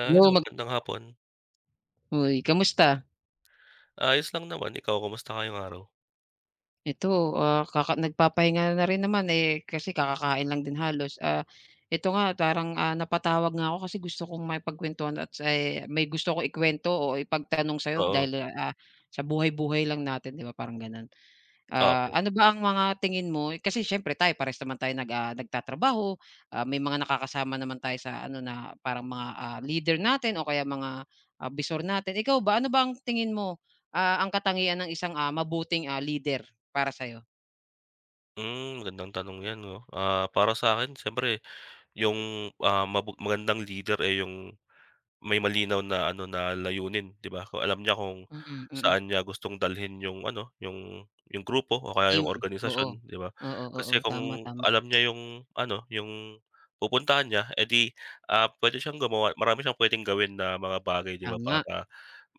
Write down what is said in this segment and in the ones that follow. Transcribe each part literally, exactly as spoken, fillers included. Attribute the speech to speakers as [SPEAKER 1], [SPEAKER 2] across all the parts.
[SPEAKER 1] Ah, hello,
[SPEAKER 2] Hello, mag
[SPEAKER 1] magandang hapon.
[SPEAKER 2] uy, kamusta?
[SPEAKER 1] Ayos lang naman, ikaw kamusta ngayong araw?
[SPEAKER 2] Ito, ah, kaka nagpapahinga na rin naman, eh, kasi kakakain lang din halos. Ah, ito nga parang, ah, napatawag nga ako kasi gusto kong makipagkuwentuhan at eh, may gusto ko ikwento o ipagtanong sa'yo
[SPEAKER 1] Oo,
[SPEAKER 2] dahil, ah, sa buhay-buhay lang natin, 'di ba, parang gano'n.
[SPEAKER 1] ah,
[SPEAKER 2] Ah,
[SPEAKER 1] okey.
[SPEAKER 2] ano ba ang mga tingin mo kasi siyempre tayo parehas naman tayo nag, ah, nagtatrabaho, ah, may mga nakakasama naman tayo sa ano na parang mga, ah, leader natin o kaya mga, ah, bisor natin. Ikaw ba, ano ba ang tingin mo, ah, ang katangian ng isang, ah, mabuting, ah, leader para sa'yo?
[SPEAKER 1] Hmm, magandang tanong 'yan 'no. Ah, para sa'kin siyempre yung, ah, mabu magandang leader, eh, yung may malinaw na ano na layunin 'di ba? Kung alam niya kung
[SPEAKER 2] Mm, mm.
[SPEAKER 1] saan niya gustong dalhin yung ano, yung yung grupo o kaya
[SPEAKER 2] Team,
[SPEAKER 1] yung
[SPEAKER 2] oo.
[SPEAKER 1] organisasyon 'di ba?
[SPEAKER 2] Oo, oo,
[SPEAKER 1] Kasi
[SPEAKER 2] oo, tama,
[SPEAKER 1] kung
[SPEAKER 2] tama.
[SPEAKER 1] alam niya yung ano, yung pupuntahan niya, edi, ah, puwede siyang gumawa marami siyang puwedeng gawin na mga bagay 'di ba
[SPEAKER 2] Tama,
[SPEAKER 1] para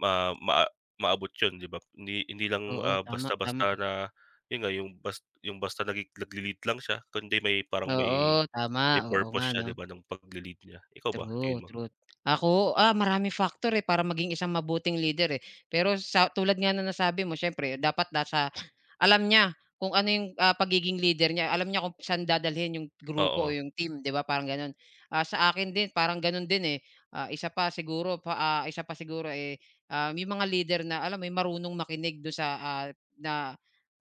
[SPEAKER 1] ma ma maabot yun 'di ba? Hindi hindi lang,
[SPEAKER 2] oo,
[SPEAKER 1] ah,
[SPEAKER 2] tama, tama.
[SPEAKER 1] basta-basta na yun nga yung bas yung basta nagi nagle-lead lang siya kundi may parang
[SPEAKER 2] Oo,
[SPEAKER 1] may
[SPEAKER 2] tama,
[SPEAKER 1] may
[SPEAKER 2] oo nga
[SPEAKER 1] purpose siya
[SPEAKER 2] 'no.
[SPEAKER 1] 'di ba ng pagle-lead niya. Ikaw ba,
[SPEAKER 2] True,
[SPEAKER 1] tingin mo?
[SPEAKER 2] true. Ako, ah, marami factor, eh, para maging isang mabuting leader, eh. Pero sa tulad nga na nasabi mo, siyempre dapat nasa alam niya kung ano yung, ah, pagiging leader niya. Alam niya kung saan dadalhin yung grupo o
[SPEAKER 1] Oo.
[SPEAKER 2] yung team, 'di ba, parang gano'n. Ah, sa akin din parang gano'n din, eh. Ah, isa pa siguro pa ah, isa pa siguro, eh, um, yung mga leader na alam may marunong makinig do'n sa, ah, na,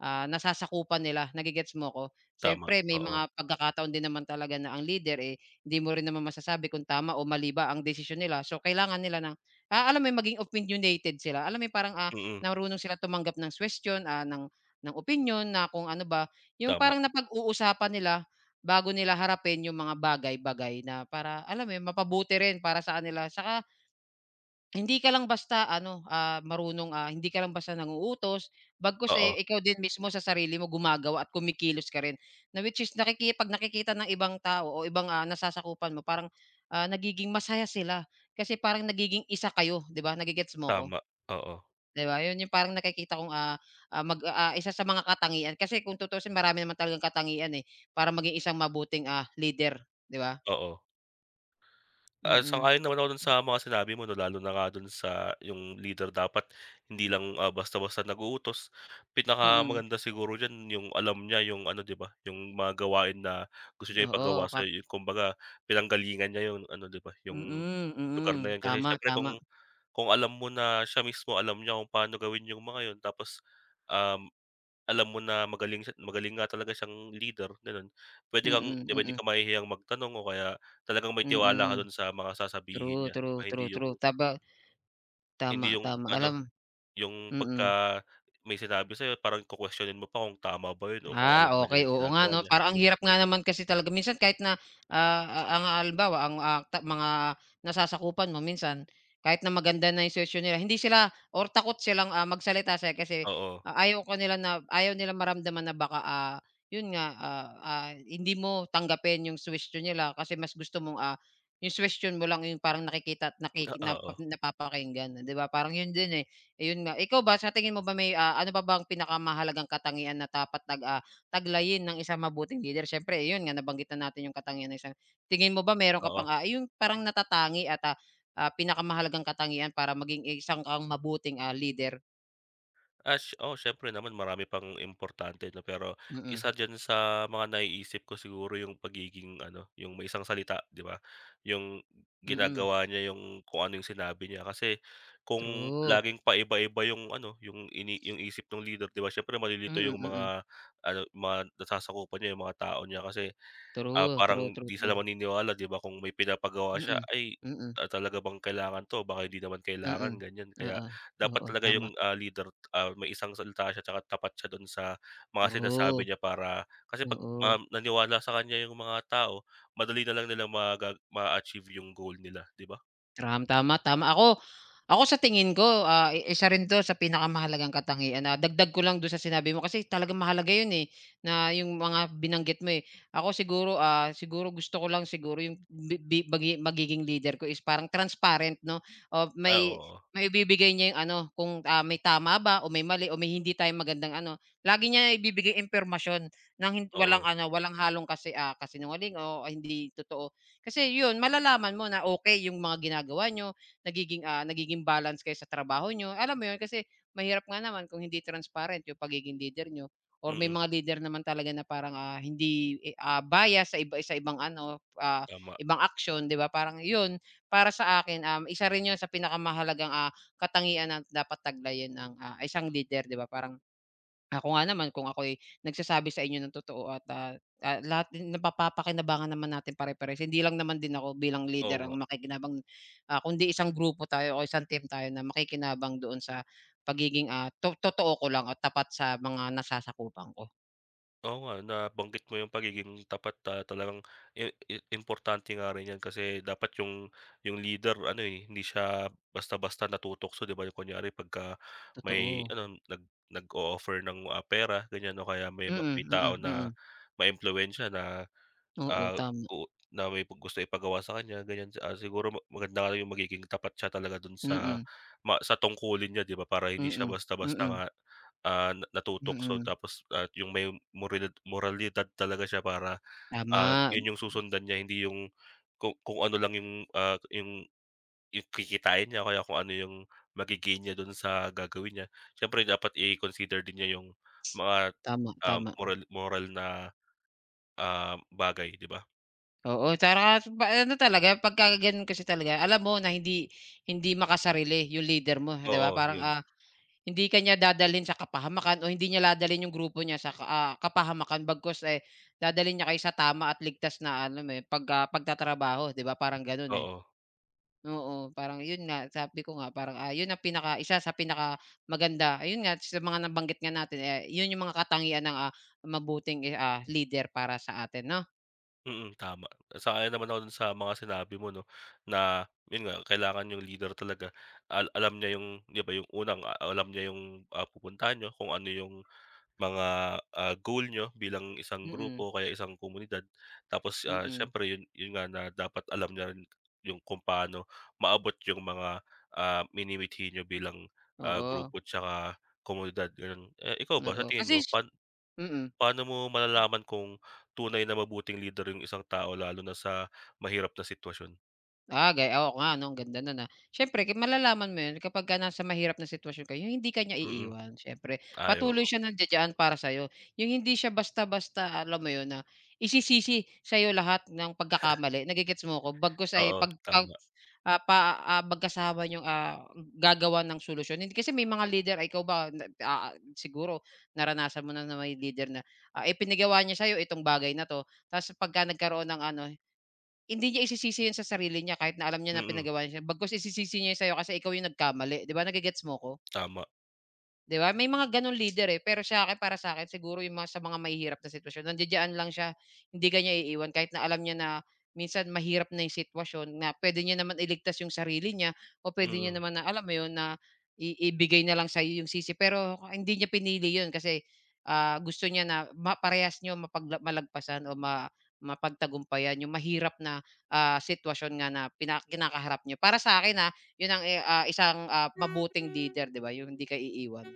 [SPEAKER 2] ah, nasasakupan nila, nagigets mo ko?
[SPEAKER 1] Tama,
[SPEAKER 2] Siyempre may
[SPEAKER 1] oo.
[SPEAKER 2] mga pagkakataon din naman talaga na ang leader, eh, hindi mo rin naman masasabi kung tama o mali ba ang desisyon nila. So, kailangan nila na, ah, alam mo yun, maging opinionated sila. Alam mo yun, parang, ah,
[SPEAKER 1] Mm,
[SPEAKER 2] marunong sila tumanggap ng question, ah, ng ng opinion, na kung ano ba, yung
[SPEAKER 1] tama.
[SPEAKER 2] parang napag-uusapan nila bago nila harapin yung mga bagay-bagay na para alam mo yun, mapabuti rin para sa kanila. Saka hindi ka lang basta ano, ah, marunong, ah, hindi ka lang basta nang-uutos, bagkus, eh,
[SPEAKER 1] Oo,
[SPEAKER 2] ikaw din mismo sa sarili mo gumagawa at kumikilos ka rin. Na which is nakiki 'pag nakikita ng ibang tao o ibang, ah, nasasakupan mo parang, ah, nagiging masaya sila kasi parang nagiging isa kayo, 'di ba, nage-gets mo ko?
[SPEAKER 1] tama. Oo,
[SPEAKER 2] 'Di ba, yun yung parang nakikita kong, ah, ah, mag ah, isa sa mga katangian kasi kung tutuusin marami naman talagang katangian, eh, para maging isang mabuting, ah, leader, 'di ba?
[SPEAKER 1] oo. Ah,
[SPEAKER 2] Mm.
[SPEAKER 1] sang-ayon naman ako dun sa mga sinabi mo 'no, lalo na nga dun sa yung leader dapat hindi lang, ah, basta-basta nag-uutos.
[SPEAKER 2] Mm,
[SPEAKER 1] Pinakamaganda siguro diyan yung alam niya yung ano, 'di ba, yung mga gawain na gusto niya ipagawa
[SPEAKER 2] oo, kap
[SPEAKER 1] sa'yo, yung kumbaga pinanggalingan niya yung ano, 'di ba, yung
[SPEAKER 2] mm,
[SPEAKER 1] lugar na
[SPEAKER 2] mm,
[SPEAKER 1] yun. Kasi
[SPEAKER 2] tama,
[SPEAKER 1] siyempre kung
[SPEAKER 2] tama.
[SPEAKER 1] kung alam mo na siya mismo alam niya kung paano gawin yung mga yun tapos, um alam mo na magaling siya magaling nga talaga siyang leader, gano'n. Pwede
[SPEAKER 2] Mm,
[SPEAKER 1] kang 'di ba,
[SPEAKER 2] mm,
[SPEAKER 1] hindi
[SPEAKER 2] mm.
[SPEAKER 1] ka mahihiyang magtanong o kaya talagang may tiwala
[SPEAKER 2] Mm.
[SPEAKER 1] ka do'n sa mga sasabihin
[SPEAKER 2] True,
[SPEAKER 1] niya, 'di ba?
[SPEAKER 2] true, true,
[SPEAKER 1] Hindi
[SPEAKER 2] true.
[SPEAKER 1] yung
[SPEAKER 2] Taba tama,
[SPEAKER 1] hindi yung
[SPEAKER 2] tama.
[SPEAKER 1] ano,
[SPEAKER 2] Alam
[SPEAKER 1] yung
[SPEAKER 2] mm. Mm.
[SPEAKER 1] pagka may sinabi sa'yo parang kukuwestiyonin mo pa kung tama ba 'yun o kung alam
[SPEAKER 2] Ah,
[SPEAKER 1] ba niya
[SPEAKER 2] okey,
[SPEAKER 1] yung
[SPEAKER 2] oo nga
[SPEAKER 1] ginagawa
[SPEAKER 2] 'no.
[SPEAKER 1] niya,
[SPEAKER 2] Parang ang
[SPEAKER 1] gano'n
[SPEAKER 2] hirap
[SPEAKER 1] kasi
[SPEAKER 2] nga naman kasi talaga minsan kahit na, ah, ah, ang halimbawa ang, ah, ta mga nasasakupan mo minsan kahit na maganda na yung search nila, hindi sila or takot silang, ah, magsalita sa'yo kasi,
[SPEAKER 1] oo.
[SPEAKER 2] ah, ayaw ka nila na ayaw nilang maramdaman na baka, ah, yun nga, ah, ah, hindi mo tanggapin yung suwestiyon nila kasi mas gusto mong, ah, yung suwestiyon mo lang yung parang nakikita at nakiki
[SPEAKER 1] Ah, oo,
[SPEAKER 2] napa napapakinggan, 'di ba? Parang yun din, eh. Ayun nga, ikaw ba sa tingin mo ba may, ah, ano pa bang pinakamahalagang katangian na dapat nag, ah taglayin ng isang mabuting lider. Siyempre yun nga nabanggit na natin yung katangian ng isang tingin mo ba meron ka
[SPEAKER 1] oo.
[SPEAKER 2] pang, ah, yung parang natatangi at, ah, ah, pinakamahalagang katangian para maging isang kang mabuting, ah, lider?
[SPEAKER 1] Ah, si Oo, siyempre naman marami pang importante 'no, pero
[SPEAKER 2] Mm,
[SPEAKER 1] isa diyan sa mga naiisip ko siguro yung pagiging ano, yung may isang salita, 'di ba? Yung
[SPEAKER 2] mm.
[SPEAKER 1] ginagawa niya yung kung ano yung sinabi niya. Kasi kung
[SPEAKER 2] True.
[SPEAKER 1] laging paiba-iba yung ano, yung ini yung isip ng leader, 'di ba, siyempre malilito
[SPEAKER 2] Mm,
[SPEAKER 1] yung
[SPEAKER 2] mm.
[SPEAKER 1] mga ano, mga nasasakupan niya, yung mga tao niya kasi Ah,
[SPEAKER 2] True, true,
[SPEAKER 1] parang
[SPEAKER 2] true,
[SPEAKER 1] 'di
[SPEAKER 2] true.
[SPEAKER 1] sila maniniwala 'di ba kung may pinapagawa siya,
[SPEAKER 2] Mm,
[SPEAKER 1] "Ay,
[SPEAKER 2] mm,
[SPEAKER 1] ah, talaga bang kailangan 'to? Baka hindi naman
[SPEAKER 2] mm.
[SPEAKER 1] kailangan." Ganyan. Kaya
[SPEAKER 2] Oo,
[SPEAKER 1] dapat
[SPEAKER 2] oo,
[SPEAKER 1] talaga
[SPEAKER 2] tama.
[SPEAKER 1] yung, ah, leader, ah, may isang salita siya tsaka tapat siya dun sa mga sinasabi
[SPEAKER 2] True,
[SPEAKER 1] niya para kasi 'pag,
[SPEAKER 2] oo.
[SPEAKER 1] um, naniwala sa kanya yung mga tao, madali na lang nila maga ma achieve yung goal nila, 'di ba?
[SPEAKER 2] Tram tama, tama. Ako ako sa tingin ko, ah, i isa rin 'to sa pinakamahalagang katangian na dagdag ko lang do'n sa sinabi mo kasi talagang mahalaga 'yun, eh, na 'yung mga binanggit mo, eh. Ako siguro, ah, siguro gusto ko lang siguro 'yung bi bi magi magiging leader ko is parang transparent 'no, o
[SPEAKER 1] Ah,
[SPEAKER 2] may
[SPEAKER 1] oo,
[SPEAKER 2] may ibibigay niya 'yung ano kung, ah, may tama ba o may mali o may hindi tayong magandang ano, lagi niya ibibigay impormasyon ng hin walang
[SPEAKER 1] oo.
[SPEAKER 2] ano, walang halong kasi, ah, kasinungaling o hindi totoo. Kasi yun malalaman mo na okay yung mga ginagawa niyo, nagiging, ah, nagiging balance kayo sa trabaho niyo, alam mo yun? Kasi mahirap nga naman kung hindi transparent yung pagiging leader niyo or
[SPEAKER 1] Mm,
[SPEAKER 2] may
[SPEAKER 1] mm.
[SPEAKER 2] mga leader naman talaga na parang, ah, hindi, eh, ah, bias sa iba sa ibang ano, ah,
[SPEAKER 1] Tama.
[SPEAKER 2] ibang action, 'di ba? Parang yun, para sa akin, um, isa rin yun sa pinakamahalagang, ah, katangian na dapat taglayin ng, ah, isang leader, 'di ba? Parang ako nga naman kung ako'y nagsasabi sa inyo ng totoo at, ah, ah, lahat din napapakinabangan naman natin pare-parehas. Hindi lang naman din ako bilang
[SPEAKER 1] Oo
[SPEAKER 2] leader
[SPEAKER 1] nga.
[SPEAKER 2] ang makikinabang, ah, kundi isang grupo tayo o isang team tayo na makikinabang doon sa pagiging, ah, to totoo ko lang at tapat sa mga nasasakupan ko,
[SPEAKER 1] Oo nga, nabanggit mo yung pagiging tapat, ah, talagang i i importante nga rin yan kasi dapat yung yung leader ano, eh, hindi siya basta-basta natutokso, 'di ba? Kunyari pagka may
[SPEAKER 2] totoo.
[SPEAKER 1] ano, nag nag-o-offer ng, ah, pera ganyan o kaya may ma
[SPEAKER 2] Mm,
[SPEAKER 1] may tao
[SPEAKER 2] mm,
[SPEAKER 1] na
[SPEAKER 2] mm.
[SPEAKER 1] maimpluwensiya na
[SPEAKER 2] Oo,
[SPEAKER 1] ah,
[SPEAKER 2] tama.
[SPEAKER 1] oo, na may pag gusto ipagawa sa kanya ganyan, si, ah, siguro ma maganda nga yung magiging tapat siya talaga dun sa
[SPEAKER 2] Mm,
[SPEAKER 1] ma sa tungkulin niya 'di ba, para hindi
[SPEAKER 2] mm,
[SPEAKER 1] siya
[SPEAKER 2] mm,
[SPEAKER 1] basta-basta
[SPEAKER 2] mm,
[SPEAKER 1] nga, ah, na- natutok so
[SPEAKER 2] mm.
[SPEAKER 1] tapos at yung may moralid moralidad talaga siya para, ah,
[SPEAKER 2] Tama,
[SPEAKER 1] yun yung susundan niya hindi yung kung kung ano lang yung, ah, yung yung kikitain niya o kaya kung ano yung magi niya dun sa gagawin niya. Siyempre dapat i-consider din niya yung mga,
[SPEAKER 2] tama,
[SPEAKER 1] ah,
[SPEAKER 2] tama.
[SPEAKER 1] moral moral na, ah, bagay 'di ba?
[SPEAKER 2] Oo, tsaka pa ano talaga pagka gano'n kasi talaga alam mo na hindi hindi makasarili yung leader mo, 'di ba?
[SPEAKER 1] Oo,
[SPEAKER 2] Parang,
[SPEAKER 1] yun.
[SPEAKER 2] ah, hindi kanya niya dadalhin sa kapahamakan o hindi niya dadalhin yung grupo niya sa ka ah, kapahamakan bagkus, eh, dadalhin niya kayo sa tama at ligtas na ano, eh, pag ah, pagtatrabaho, 'di ba? Parang gano'n, eh.
[SPEAKER 1] Oo,
[SPEAKER 2] Oo, parang yun nga sabi ko nga parang, ah, yun ang pinaka isa sa pinaka maganda, ayun nga sa mga nabanggit nga natin, eh, yun yung mga katangian ng, ah, mabuting, eh, ah, leader para sa atin 'no?
[SPEAKER 1] mm, tama. Sang-ayon naman ako dun sa mga sinabi mo 'no, na yun nga kailangan yung leader talaga al alam niya yung 'di ba yung unang a alam niya yung, ah, pupuntahan niyo, kung ano yung mga, ah, goal niyo bilang isang
[SPEAKER 2] Mm,
[SPEAKER 1] grupo o kaya isang komunidad. Tapos,
[SPEAKER 2] mm,
[SPEAKER 1] ah,
[SPEAKER 2] mm.
[SPEAKER 1] siyempre yun yun nga na dapat alam niya rin yung kung paano maabot yung mga, ah, minimithi niyo bilang, ah,
[SPEAKER 2] Oo.
[SPEAKER 1] grupo tsaka komunidad, ganun. Eh, ikaw ba sa
[SPEAKER 2] Oo,
[SPEAKER 1] tingin
[SPEAKER 2] kasi
[SPEAKER 1] mo
[SPEAKER 2] s
[SPEAKER 1] pan
[SPEAKER 2] mm.
[SPEAKER 1] paano mo malalaman kung tunay na mabuting lider yung isang tao lalo na sa mahirap na sitwasyon?
[SPEAKER 2] Ah, gaya Oo nga 'no, ang ganda nun, ah. Siyempre ki malalaman mo yun kapagka nasa mahirap na sitwasyon kayo, yung hindi ka niya
[SPEAKER 1] Mm.
[SPEAKER 2] iiwan siyempre.
[SPEAKER 1] Ay,
[SPEAKER 2] Patuloy
[SPEAKER 1] oo.
[SPEAKER 2] siya nandiya-diyan para sa'yo. Yung hindi siya basta-basta, alam mo yun, na isisisi sa'yo lahat ng pagkakamali, nage-gets mo ko? Bagkus ay
[SPEAKER 1] Oo,
[SPEAKER 2] pag pag,
[SPEAKER 1] tama.
[SPEAKER 2] ah, pa ah, magkasama niyong, ah, gagawa ng solusyon. Hindi kasi may mga leader ay ikaw ba na ah, siguro naranasan mo na na may leader na, ah, ipinagawa niya sa'yo itong bagay na 'to, ta's pagka nagkaroon ng ano. Hindi niya isisisi yun sa sarili niya kahit na alam niya na
[SPEAKER 1] Mm,
[SPEAKER 2] pinagawa niya, bagkus isisisi niya yun sa'yo kasi ikaw yung nagkamali, 'di ba, nage-gets mo ko?
[SPEAKER 1] tama.
[SPEAKER 2] 'Di ba, may mga gano'ng leader, eh, pero sa akin para sa'kin siguro yung mga sa mga mahihirap na sitwasyon nandiya-diyan lang siya, hindi ka niya iiwan kahit na alam niya na minsan mahirap na yung sitwasyon na puwede niya naman iligtas yung sarili niya o puwede niya
[SPEAKER 1] Mm.
[SPEAKER 2] naman na alam mo yun na i ibigay na lang sa'yo yung sisi pero hindi niya pinili yun kasi, ah, gusto niya na ma parehas niyo mapagla malagpasan o ma mapagtagumpayan yung mahirap na, ah, sitwasyon nga na pina kinakaharap niyo. Para sa'kin, ah, yun ang, eh, ah, isang, ah, mabuting leader, 'di ba, yung hindi ka iiwan.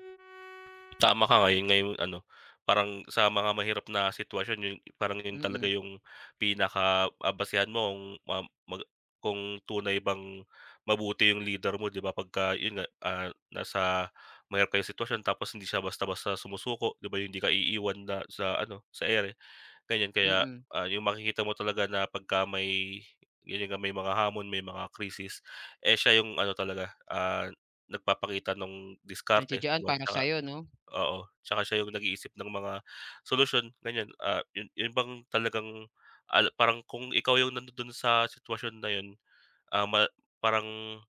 [SPEAKER 1] Tama ka ngayon ngayong ano, parang sa mga mahirap na sitwasyon yun parang yun talaga
[SPEAKER 2] Mm,
[SPEAKER 1] yung pinaka, ah, basehan mo kung ma mag kung tunay bang mabuti yung leader mo 'di ba pagka yun nga, ah, nasa mahirap kayong sitwasyon tapos hindi siya basta-basta sumusuko 'di ba, yung hindi ka iiwan na sa ano, sa ere. Ganyan kaya,
[SPEAKER 2] mm.
[SPEAKER 1] ah, yung makikita mo talaga na pagka may yun nga may mga hamon, may mga krisis, eh, siya yung ano talaga, ah, nagpapakita nung diskarte, 'di
[SPEAKER 2] Nandiya-diyan
[SPEAKER 1] ba?
[SPEAKER 2] para
[SPEAKER 1] Tsaka
[SPEAKER 2] sa'yo 'no?
[SPEAKER 1] oo, tsaka siya yung nag-iisip ng mga solusyon, ganyan. Ah, yun yun bang talagang al parang kung ikaw yung nandun sa sitwasyon na yun, ah, ma parang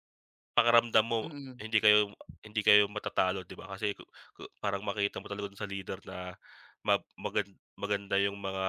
[SPEAKER 1] pakiramdam mo
[SPEAKER 2] Mm,
[SPEAKER 1] hindi kayo hindi kayo matatalo 'di ba? Kasi ku ku Parang makita mo talaga dun sa leader na ma magan maganda yung mga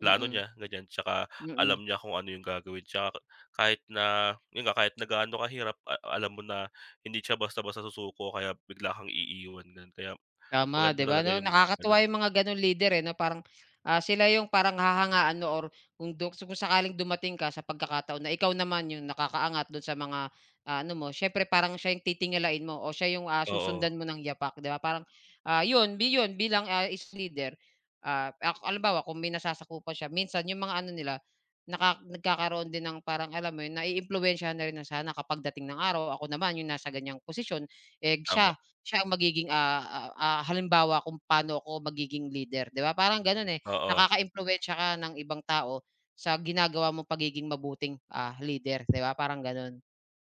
[SPEAKER 1] plano
[SPEAKER 2] mm,
[SPEAKER 1] niya ganyan, tsaka
[SPEAKER 2] mm.
[SPEAKER 1] alam niya kung ano yung gagawin tsaka kahit na yun nga kahit na gaano kahirap a alam mo na hindi siya basta-basta susuko o kaya bigla kang iiwan ganun. Kaya
[SPEAKER 2] Tama,
[SPEAKER 1] maganda
[SPEAKER 2] 'di ba
[SPEAKER 1] talaga
[SPEAKER 2] 'no?
[SPEAKER 1] yung
[SPEAKER 2] Nakakatuwa
[SPEAKER 1] ganun.
[SPEAKER 2] yung mga gano'ng leader, eh, 'no, parang, ah, sila yung parang hahangaan mo or kung du kung sakaling dumating ka sa pagkakataon na ikaw naman yung nakakaangat do'n sa mga, ah, ano mo, siyempre parang siya yung titingalain mo o siya yung, ah,
[SPEAKER 1] Oo,
[SPEAKER 2] susundan mo ng yapak, 'di ba? Parang, ah, 'yun bi 'yun bilang, ah, isang leader, ah, ak halimbawa kung may nasasakupan siya, minsan yung mga ano nila, naka nagkakaroon din ng parang alam mo 'yun, naiimpluwensyahan na rin na sana kapag dating ng araw, ako naman yung nasa ganiyang posisyon, eh,
[SPEAKER 1] tama,
[SPEAKER 2] siya siya ang magiging, ah, ah, ah, halimbawa kung paano ako magiging leader, 'di ba? Parang gano'n, eh,
[SPEAKER 1] oo.
[SPEAKER 2] nakakaimpluwensiya ka ng ibang tao sa ginagawa mong pagiging mabuting, ah, leader, 'di ba? Parang gano'n.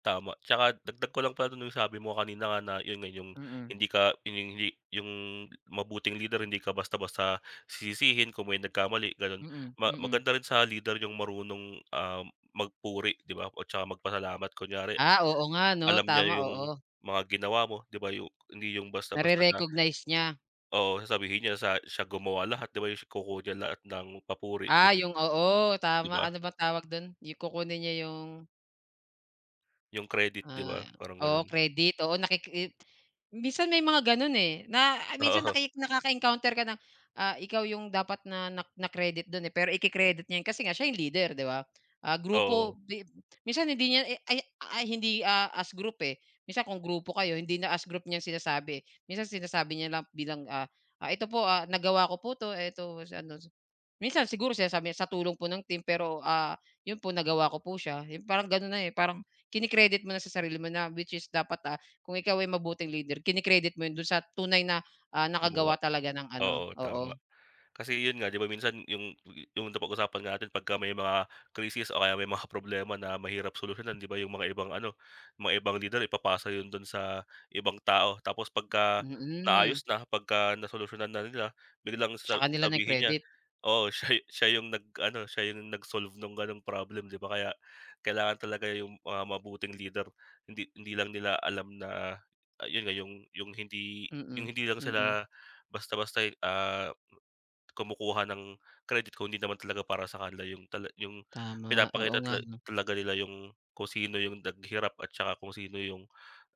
[SPEAKER 1] Tama, tsaka dagdag ko lang pala dun yung sabi mo kanina nga na yun nga yung
[SPEAKER 2] Mm,
[SPEAKER 1] hindi ka yun yung hindi yung mabuting leader hindi ka basta-basta sisisihin kung may nagkamali ganun.
[SPEAKER 2] mm,
[SPEAKER 1] Ma
[SPEAKER 2] mm.
[SPEAKER 1] maganda rin sa leader yung marunong, um, magpuri 'di ba, o tsaka magpasalamat kunyari
[SPEAKER 2] Ah, oo nga 'no,
[SPEAKER 1] alam niya
[SPEAKER 2] tama,
[SPEAKER 1] yung
[SPEAKER 2] oo.
[SPEAKER 1] mga ginawa mo 'di ba, yung hindi yung basta-basta na
[SPEAKER 2] Nare-recognize niya.
[SPEAKER 1] oo, sasabihin niya sa siya gumawa lahat 'di ba, yung kukuha niya lahat ng papuri,
[SPEAKER 2] Ah,
[SPEAKER 1] ganun,
[SPEAKER 2] yung Oo,
[SPEAKER 1] 'di
[SPEAKER 2] tama.
[SPEAKER 1] ba?
[SPEAKER 2] Ano bang tawag do'n? Yung kukunin niya yung
[SPEAKER 1] Yung credit 'di ba,
[SPEAKER 2] Ah,
[SPEAKER 1] parang
[SPEAKER 2] oo
[SPEAKER 1] ganun.
[SPEAKER 2] credit, oo nakiki minsan may mga gano'n, eh, na ah, minsan
[SPEAKER 1] Oo,
[SPEAKER 2] naki nakaka-encounter ka ng, ah, ikaw yung dapat na na na-credit do'n, eh, pero iki-credit niya yun kasi nga siya yung leader, 'di ba? Ah,
[SPEAKER 1] oo,
[SPEAKER 2] grupo di minsan hindi niya, eh, ay ay hindi, ah, as group, eh. Minsan kung grupo kayo hindi na as group niya sinasabi, eh. Minsan sinasabi niya lang bilang, ah, ah, "Ito po, ah, nagawa ko po 'to, eto sa ano." Minsan siguro sinasabi niya, "Sa tulong po ng team pero, ah, yun po nagawa ko po siya." Yung parang gano'n na, eh, parang kini-credit mo na sa sarili mo na which is dapat, ah, kung ikaw ay mabuting leader kini-credit mo yun dun sa tunay na, ah,
[SPEAKER 1] gumawa.
[SPEAKER 2] nakagawa talaga ng ano,
[SPEAKER 1] Oo, tama.
[SPEAKER 2] oo,
[SPEAKER 1] Kasi yun nga, 'di ba minsan yung yung napag-usapan natin pagka may mga krisis o kaya may mga problema na mahirap solusyonan, 'di ba yung mga ibang ano, mga ibang lider ipapasa yun dun sa ibang tao. Tapos pagka
[SPEAKER 2] mm.
[SPEAKER 1] naayos na, pagka nasolusyonan na nila, biglang
[SPEAKER 2] Sa
[SPEAKER 1] sa
[SPEAKER 2] kanila
[SPEAKER 1] sabihin niya,
[SPEAKER 2] nai-credit,
[SPEAKER 1] oo, siya siya yung nag-ano, siya yung nag-solve nung ganong problem, 'di ba? Kaya kailangan talaga yung mga mabuting leader, hindi hindi lang nila alam na, ah, yun nga yung yung hindi
[SPEAKER 2] mm,
[SPEAKER 1] yung hindi lang
[SPEAKER 2] mm.
[SPEAKER 1] sila basta-basta, ah, kumukuha ng credit kung hindi naman talaga para sa kanila yung tala yung
[SPEAKER 2] Tama, oo
[SPEAKER 1] pinapakita
[SPEAKER 2] nga
[SPEAKER 1] tala
[SPEAKER 2] 'no,
[SPEAKER 1] talaga nila yung kung sino yung naghirap at saka kung sino yung,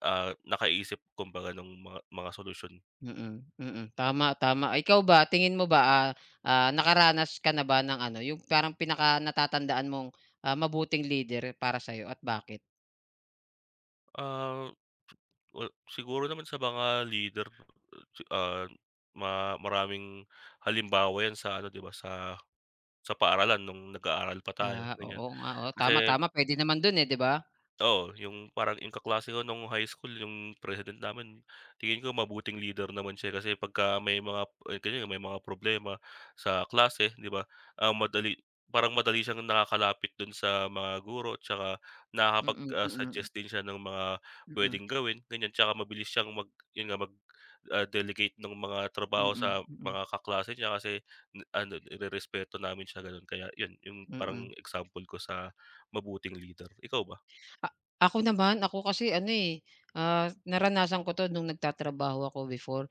[SPEAKER 1] ah, nakaisip kumbaga ng mga mga solusyon.
[SPEAKER 2] mm, mm. Tama, tama. Ikaw ba, tingin mo ba, ah, ah, nakaranas ka na ba ng ano, yung parang pinaka natatandaan mong, ah, mabuting leader para sa'yo at bakit?
[SPEAKER 1] Ah, well, siguro naman sa mga leader, si- ah, ma maraming halimbawa yan sa ano, 'di ba, sa sa paaralan nung nag-aaral pa tayo,
[SPEAKER 2] Ah,
[SPEAKER 1] ganyan.
[SPEAKER 2] oo nga, oo. Tama,
[SPEAKER 1] Kasi
[SPEAKER 2] tama, puwede naman dun, eh, 'di ba?
[SPEAKER 1] oo, yung parang yung kaklase ko nung high school yung president namin tingin ko mabuting leader naman siya kasi pagka may mga eh, ganyan may mga problema sa klase 'di ba, ah, madali parang madali siyang nakakalapit dun sa mga guro tsaka
[SPEAKER 2] Mm,
[SPEAKER 1] nakakapag,
[SPEAKER 2] mm,
[SPEAKER 1] ah,
[SPEAKER 2] mm,
[SPEAKER 1] suggest din siya ng mga
[SPEAKER 2] mm,
[SPEAKER 1] pwedeng gawin ganyan tsaka mabilis siyang mag yun nga mag, ah, delegate ng mga trabaho
[SPEAKER 2] mm,
[SPEAKER 1] sa
[SPEAKER 2] mm.
[SPEAKER 1] mga kaklase niya kasi n- ano nirerespeto namin siya gano'n kaya yun yung parang
[SPEAKER 2] Mm.
[SPEAKER 1] example ko sa mabuting leader, ikaw ba?
[SPEAKER 2] A Ako naman, ako kasi ano, eh, ah, naranasan ko 'to nung nagtatrabaho ako before.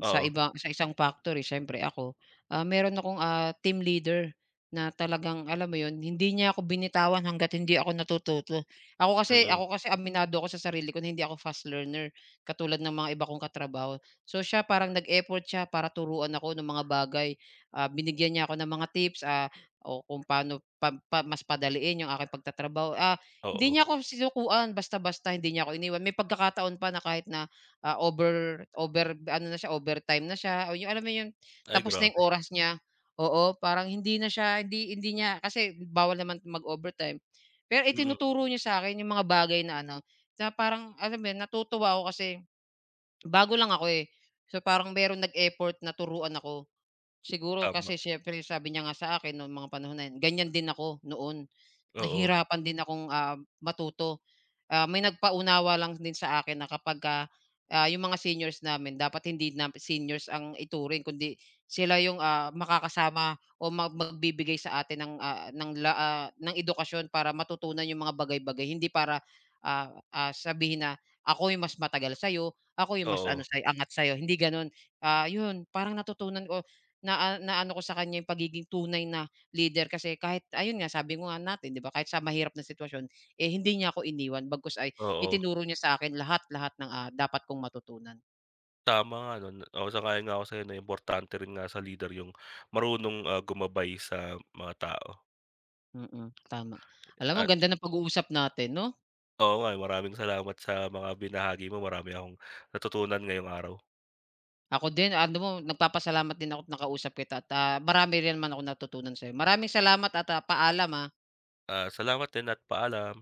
[SPEAKER 2] Sa
[SPEAKER 1] Oo,
[SPEAKER 2] iba sa isang factory siyempre ako, ah, meron akong, ah, team leader na talagang alam mo 'yun, hindi niya ako binitawan hangga't hindi ako natututo. Ako kasi
[SPEAKER 1] mm,
[SPEAKER 2] ako kasi aminado ako sa sarili ko na hindi ako fast learner, katulad ng mga iba kong katrabaho. So siya parang nag-effort siya para turuan ako ng mga bagay, ah, binigyan niya ako ng mga tips, ah, o kung paano pa pa mas padaliin 'yung aking pagtatrabaho. Ah,
[SPEAKER 1] oo.
[SPEAKER 2] hindi niya ako sinukuan basta-basta, hindi niya ako iniwan. May pagkakataon pa na kahit na Ah, over over ano na siya, overtime na siya o yung alam mo yun,
[SPEAKER 1] Ay
[SPEAKER 2] tapos na yung
[SPEAKER 1] grabe,
[SPEAKER 2] oras niya, oo, parang hindi na siya hindi hindi niya kasi bawal naman mag-overtime. Pero
[SPEAKER 1] mm,
[SPEAKER 2] itinuturo niya sa akin yung mga bagay na ano, na parang alam mo yun, natutuwa ako kasi bago lang ako, eh. So, parang merong nag-effort na turuan ako. Siguro
[SPEAKER 1] tama,
[SPEAKER 2] kasi siyempre sabi niya nga sa akin nung mga panahon na yun, ganyan din ako noon.
[SPEAKER 1] oo,
[SPEAKER 2] Nahirapan din akong, ah, matuto. Ah, may nagpaunawa lang din sa akin na kapagka, ah, ah, yung mga seniors namin dapat hindi na seniors ang ituring kundi sila yung, ah, makakasama o mag magbibigay sa atin ng, ah, ng la ah, ng edukasyon para matutunan yung mga bagay-bagay. Hindi para, ah, ah, sabihin na, "Ako yung mas matagal sa'yo, ako yung mas ano
[SPEAKER 1] oo,
[SPEAKER 2] sa'yo angat sa'yo." Hindi gano'n. Ah, yun parang natutunan ko na, ah, naano ko sa kanya yung pagiging tunay na leader kasi kahit ayun nga sabi ko nga natin, 'di ba, kahit sa mahirap na sitwasyon, eh, hindi niya ako iniwan bagkus ay
[SPEAKER 1] oo.
[SPEAKER 2] itinuro niya sa akin lahat-lahat ng, ah, dapat kong matutunan.
[SPEAKER 1] Tama nga 'no, oo, sang-ayon nga ako sa'yo na importante rin nga sa leader yung marunong, ah, gumabay sa mga tao
[SPEAKER 2] Mm, tama. Alam mo
[SPEAKER 1] at
[SPEAKER 2] ang ganda ng pag-uusap natin 'no?
[SPEAKER 1] oo nga, maraming salamat sa mga binahagi mo, marami akong natutunan ngayong araw.
[SPEAKER 2] Ako din ano mo nagpapasalamat din ako ako't nakausap kita at, ah, marami rin naman akong natutunan sa'yo. Maraming salamat at, ah, paalam, ah.
[SPEAKER 1] Ah, salamat din at paalam.